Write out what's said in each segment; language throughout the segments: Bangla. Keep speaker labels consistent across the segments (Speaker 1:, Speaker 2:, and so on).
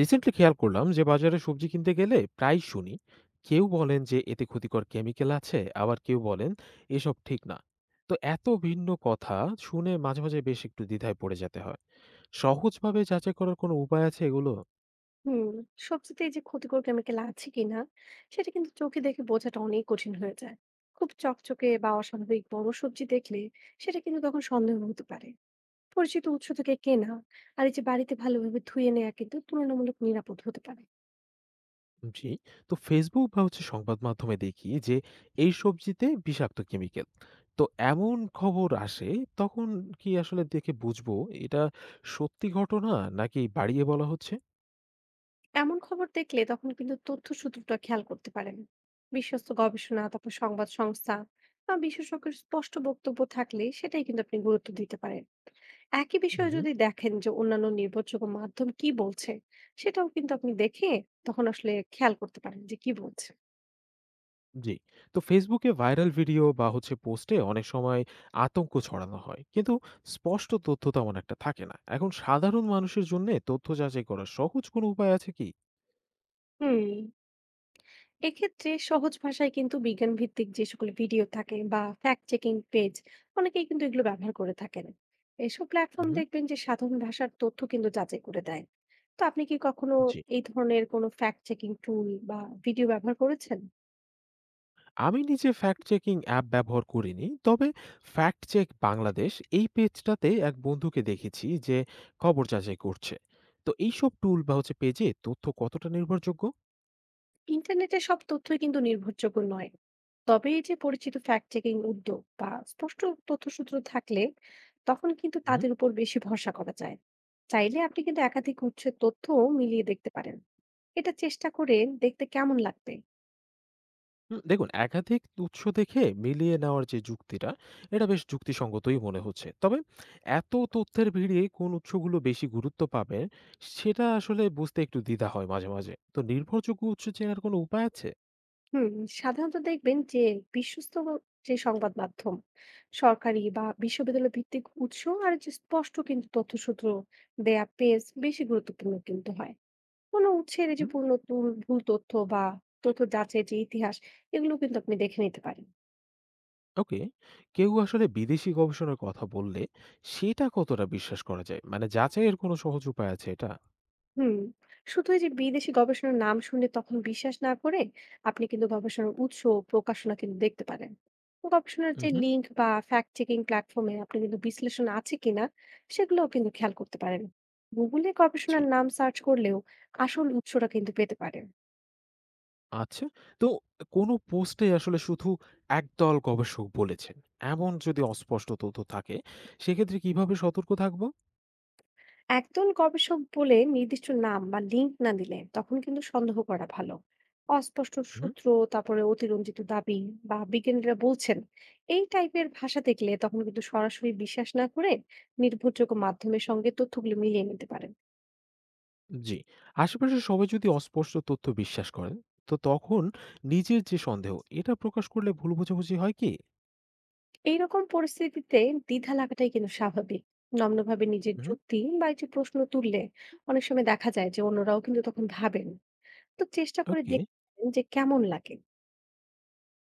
Speaker 1: রিসেন্টলি খেয়াল করলাম যে বাজারে সবজি কিনতে গেলে প্রায় শুনি কেউ বলেন যে এতে ক্ষতিকর কেমিক্যাল আছে, আবার কেউ বলেন এসব ঠিক না। তো এত ভিন্ন কথা শুনে মাঝে মাঝে বেশ একটু দ্বিধায় পড়ে যেতে হয়। সহজভাবে যাচাই করার কোনো উপায় আছে এগুলো?
Speaker 2: হুম। সবজিতে এই যে ক্ষতিকর কেমিক্যাল আছে কিনা, সেটা কিন্তু চোখে দেখে বোঝাটা অনেক কঠিন হয়ে যায়। খুব চকচকে বা অস্বাভাবিক বড় সবজি দেখলে সেটা কিন্তু তখন সন্দেহ হতে পারে। পরিচিত উৎস থেকে কেনা আর এই যে বাড়িতে ভালোভাবে ধুয়ে নেওয়া কিন্তু তুলনামূলক নিরাপদ হতে পারে।
Speaker 1: জি। তো ফেসবুক বা হচ্ছে সংবাদ মাধ্যমে দেখি যে এই সবজিতে বিষাক্ত কেমিক্যাল, তো এমন খবর আসে। তখন কি আসলে দেখে বুঝবো এটা সত্যি ঘটনা নাকি বাড়িয়ে বলা হচ্ছে?
Speaker 2: এমন খবর দেখলে তখন কিন্তু তথ্য সূত্রটা খেয়াল করতে পারেন। বিশ্বস্ত গবেষণা, তারপর সংবাদ সংস্থা বা বিশেষজ্ঞের স্পষ্ট বক্তব্য থাকলে সেটাই কিন্তু আপনি গুরুত্ব দিতে পারেন। একই বিষয়ে যদি দেখেন যে অন্যান্য নির্ভরযোগ্য মাধ্যম কি বলছে, সেটাও কিন্তু আপনি দেখে তখন আসলে খেয়াল করতে পারেন যে কি বলছে।
Speaker 1: জি। তো ফেসবুকে ভাইরাল ভিডিও বা হচ্ছে পোস্টে অনেক সময় আতঙ্ক ছড়ানো হয়। কিন্তু স্পষ্ট তথ্য তেমন একটা থাকে না। এখন সাধারণ মানুষের জন্যে তথ্য যাচাই করার সহজ কোনো উপায় আছে কি?
Speaker 2: হুম। এক্ষেত্রে সহজ ভাষায় কিন্তু বিজ্ঞান ভিত্তিক যে সকল ভিডিও থাকে বা ফ্যাক্ট চেকিং পেজ, অনেকেই কিন্তু এগুলো ব্যবহার করে থাকেন। এসব প্ল্যাটফর্ম
Speaker 1: হুম।
Speaker 2: দেখবেন যে সাধারণ ভাষার তথ্য কিন্তু যাচাই করে দেয়। তো আপনি কি কখনো
Speaker 1: জি।
Speaker 2: এই ধরনের কোনো ফ্যাক্ট চেকিং টুল বা ভিডিও ব্যবহার করেছেন?
Speaker 1: আমি নিজে ফ্যাক্ট চেকিং অ্যাপ ব্যবহার করিনি। তবে ফ্যাক্ট চেক বাংলাদেশ এই পেজটাতে এক বন্ধুকে দেখেছি যে খবর যাচাই করছে। তো এইসব টুল বা হচ্ছে পেজে তথ্য কতটা নির্ভরযোগ্য?
Speaker 2: ইন্টারনেটে সব তথ্যই কিন্তু নির্ভরযোগ্য নয়। তবে এই যে পরিচিত ফ্যাক্ট চেকিং উদ্যোগ বা স্পষ্ট তথ্যসূত্র থাকলে তখন কিন্তু তাদের উপর বেশি ভরসা করা যায়। চাইলে আপনি কিন্তু একাধিক উৎসের তথ্য মিলিয়ে দেখতে পারেন। এটা চেষ্টা করে দেখতে কেমন লাগবে।
Speaker 1: হুম, দেখুন, একাধিক উৎস দেখে মিলিয়ে নেওয়ার যে যুক্তিটা, এটা বেশ যুক্তিসঙ্গতই মনে হচ্ছে। তবে এত তথ্যের ভিড়ে কোন উৎসগুলো বেশি গুরুত্ব পাবে সেটা আসলে বুঝতে একটু দ্বিধা হয় মাঝে মাঝে। তো নির্ভরযোগ্য উৎস চেনার কোনো উপায় আছে?
Speaker 2: হুম। সাধারণত দেখবেন যে বিশ্বস্ত যে সংবাদ মাধ্যম, সরকারি বা বিশ্ববিদ্যালয় ভিত্তিক উৎস আর যে স্পষ্ট কিন্তু তথ্যসূত্র দেয়া পেজ বেশি গুরুত্বপূর্ণ কিন্তু হয়। কোনো উৎসের এই যে
Speaker 1: হুম।
Speaker 2: পূর্ণ তুল ভুল তথ্য বা তথ্য যাচাই যে ইতিহাস, এগুলো কিন্তু আপনি দেখে নিতে পারেন।
Speaker 1: ওকে। কেউ আসলে বিদেশি গবেষণার কথা বললে সেটা কতটা বিশ্বাস করা যায়, মানে যাচাইয়ের কোনো সহজ উপায় আছে এটা?
Speaker 2: হুম। শুধু এই যে বিদেশি গবেষণার নাম শুনে তখন বিশ্বাস না করে আপনি কিন্তু গবেষণার উৎস ও প্রকাশনা কিন্তু দেখতে পারেন। গবেষণার যে
Speaker 1: হুম।
Speaker 2: লিঙ্ক বা ফ্যাক্ট চেকিং প্ল্যাটফর্মে আপনি কিন্তু বিশ্লেষণ আছে কিনা, সেগুলোও কিন্তু খেয়াল করতে পারেন। গুগলে
Speaker 1: জি।
Speaker 2: গবেষণার নাম সার্চ করলেও আসল উৎসটা কিন্তু পেতে পারেন।
Speaker 1: আচ্ছা। তো কোনো পোস্টে আসলে শুধু একদল গবেষক বলেছেন, এমন যদি অস্পষ্ট তথ্য থাকে, সেক্ষেত্রে কিভাবে সতর্ক থাকব?
Speaker 2: একদল গবেষক বলে নির্দিষ্ট নাম বা লিঙ্ক না দিলে তখন কিন্তু সন্দেহ করা ভালো। অস্পষ্ট
Speaker 1: হুম।
Speaker 2: সূত্র, তারপরে অতিরঞ্জিত দাবি বা বিজ্ঞানীরা বলছেন, এই টাইপের ভাষা দেখলে তখন কিন্তু সরাসরি বিশ্বাস না করে নির্ভরযোগ্য মাধ্যমের সঙ্গে তথ্যগুলো মিলিয়ে নিতে পারেন।
Speaker 1: জি। আশেপাশের সবাই যদি অস্পষ্ট তথ্য বিশ্বাস করেন, তো তখন নিজের যে সন্দেহ, এটা প্রকাশ করলে ভুল বোঝাবুঝি হয় কি?
Speaker 2: এইরকম পরিস্থিতিতে দ্বিধা লাগাটাই কিন্তু স্বাভাবিক। নম্রভাবে নিজের
Speaker 1: হুম।
Speaker 2: যুক্তি বা একটি প্রশ্ন তুললে অনেক সময় দেখা যায় যে অন্যরাও কিন্তু তখন ভাবেন। তো চেষ্টা করে
Speaker 1: ওকে।
Speaker 2: দেখবেন যে কেমন লাগে।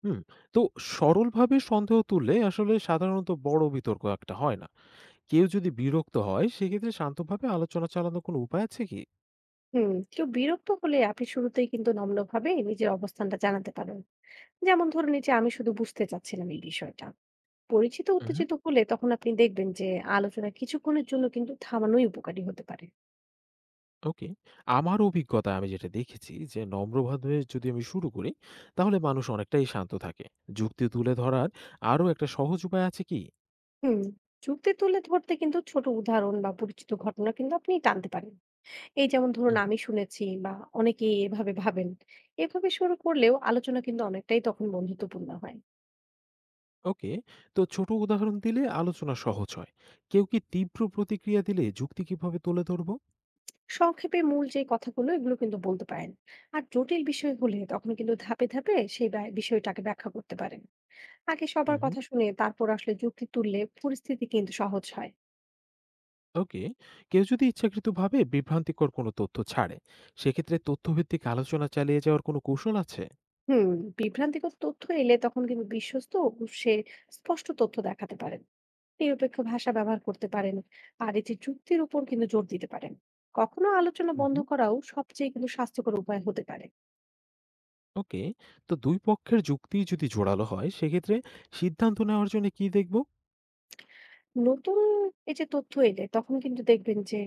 Speaker 1: হুম। তো সরলভাবে সন্দেহ তুললে আসলে সাধারণত বড় বিতর্ক একটা হয় না। কেউ যদি বিরক্ত হয়, সেক্ষেত্রে শান্তভাবে আলোচনা চালানোর কোনো উপায় আছে কি?
Speaker 2: হুম। কেউ বিরক্ত হলে আপনি শুরুতেই কিন্তু নম্রভাবে নিজের অবস্থানটা জানাতে পারেন। যেমন ধরুন, এই যে আমি শুধু বুঝতে চাচ্ছিলাম এই বিষয়টা। পরিচিত উত্তেজিত হলে তখন আপনি দেখবেন যে আলোচনা কিছুক্ষণের জন্য কিন্তু থামানোই উপকারী হতে পারে।
Speaker 1: ওকে। আমার অভিজ্ঞতায় আমি যেটা দেখেছি যে নম্রভাবে যদি আমি শুরু করি তাহলে মানুষ অনেকটাই শান্ত থাকে। যুক্তি তুলে ধরার আরো একটা সহজ উপায় আছে কি?
Speaker 2: হুম। যুক্তি তুলে ধরতে কিন্তু ছোট উদাহরণ বা পরিচিত ঘটনা কিন্তু আপনি টানতে পারেন। এই যেমন ধরুন,
Speaker 1: হুম।
Speaker 2: আমি শুনেছি বা অনেকেই এভাবে ভাবেন, এভাবে শুরু করলেও আলোচনা কিন্তু অনেকটাই তখন বন্ধুত্বপূর্ণ হয়।
Speaker 1: ওকে। তো ছোট উদাহরণ দিলে আলোচনা সহজ হয়। কেউ কি তীব্র প্রতিক্রিয়া দিলে যুক্তি কিভাবে তুলে ধরবো?
Speaker 2: সংক্ষেপে মূল যে কথাগুলো, এগুলো কিন্তু বলতে পারেন। আর জটিল বিষয় হলে তখন কিন্তু ধাপে ধাপে সেই বিষয়টাকে ব্যাখ্যা করতে পারেন। আগে সবার
Speaker 1: হুম।
Speaker 2: কথা শুনে তারপর আসলে যুক্তি তুললে পরিস্থিতি কিন্তু সহজ হয়।
Speaker 1: ওকে। কেউ যদি ইচ্ছাকৃতভাবে বিভ্রান্তিকর কোনো তথ্য ছাড়ে, সেক্ষেত্রে তথ্যভিত্তিক আলোচনা চালিয়ে যাওয়ার কোনো কৌশল আছে?
Speaker 2: হুম। বিভ্রান্তিকর তথ্য এলে তখন কিন্তু বিশ্বস্ত, সে স্পষ্ট তথ্য দেখাতে পারেন। নিরপেক্ষ ভাষা ব্যবহার করতে পারেন। আর এই যে যুক্তির উপর কিন্তু জোর দিতে পারেন। কখনো আলোচনা বন্ধ
Speaker 1: হুম।
Speaker 2: করাও সবচেয়ে কিন্তু স্বাস্থ্যকর উপায় হতে পারে।
Speaker 1: ওকে। তো ২ পক্ষের যুক্তি যদি জোরালো হয় সেক্ষেত্রে সিদ্ধান্ত নেওয়ার জন্য কি দেখব?
Speaker 2: নতুন এই যে তথ্য এলে তখন কিন্তু দেখবেন যে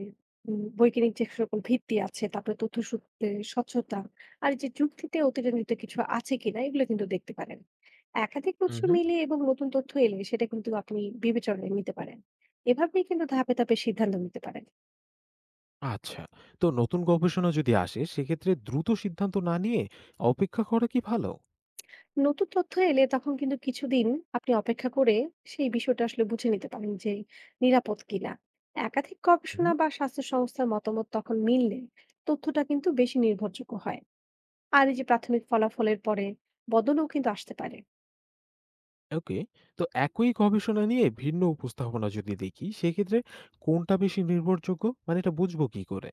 Speaker 2: বৈজ্ঞানিক যে সকল ভিত্তি আছে, তারপরে তথ্য সূত্রে স্বচ্ছতা, আর এই যে যুক্তিতে অতিরঞ্জিত কিছু আছে কিনা, এগুলো কিন্তু দেখতে পারেন। একাধিক
Speaker 1: হুম,
Speaker 2: উৎস
Speaker 1: হুম।
Speaker 2: মিলে এবং নতুন তথ্য এলে সেটা কিন্তু আপনি বিবেচনায় নিতে পারেন। এভাবেই কিন্তু ধাপে ধাপে সিদ্ধান্ত নিতে পারেন।
Speaker 1: আচ্ছা। তো নতুন গবেষণা যদি আসে সেক্ষেত্রে দ্রুত সিদ্ধান্ত না নিয়ে অপেক্ষা করা কি ভালো?
Speaker 2: নতুন তথ্য এলে তখন কিন্তু কিছুদিন আপনি অপেক্ষা করে সেই বিষয়টা আসলে বুঝে নিতে পারেন যে নিরাপদ কিনা। একাধিক
Speaker 1: হুম।
Speaker 2: গবেষণা বা স্বাস্থ্য সংস্থার মতামত তখন মিললে তথ্যটা কিন্তু বেশি নির্ভরযোগ্য হয়। আর এই যে প্রাথমিক ফলাফলের পরে বদলও কিন্তু আসতে পারে।
Speaker 1: ওকে। তো একই গবেষণা নিয়ে ভিন্ন উপস্থাপনা যদি দেখি সেক্ষেত্রে কোনটা বেশি নির্ভরযোগ্য? মানে এটা বুঝবো কি করে?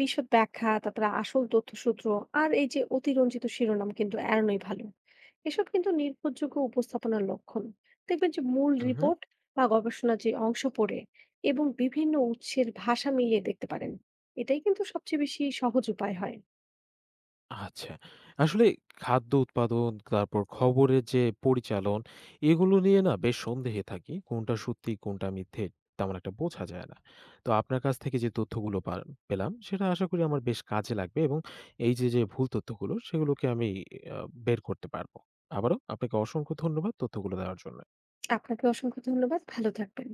Speaker 2: বিশদ ব্যাখ্যা, তারপরে আসল তথ্যসূত্র আর এই যে অতিরঞ্জিত শিরোনাম কিন্তু এড়ানোই ভালো। এসব কিন্তু নির্ভরযোগ্য উপস্থাপনার লক্ষণ। দেখবেন যে মূল রিপোর্ট বা গবেষণার যে অংশ পড়ে এবং বিভিন্ন উৎসের ভাষা মিলিয়ে দেখতে পারেন। এটাই কিন্তু সবচেয়ে বেশি সহজ উপায় হয়।
Speaker 1: আচ্ছা। আসলে খাদ্য উৎপাদন, তারপর খবরের যে পরিচালন, এগুলো নিয়ে না বেশ সন্দেহে থাকি। কোনটা সত্যি, কোনটা মিথ্যে তেমন একটা বোঝা যায় না। তো আপনার কাছ থেকে যে তথ্যগুলো পেলাম, সেটা আশা করি আমার বেশ কাজে লাগবে এবং এই যে, যে ভুল তথ্যগুলো, সেগুলোকে আমি আ বের করতে পারব। আবারও আপনাকে অসংখ্য ধন্যবাদ তথ্যগুলো দেওয়ার জন্য।
Speaker 2: আপনাকে অসংখ্য ধন্যবাদ, ভালো থাকবেন।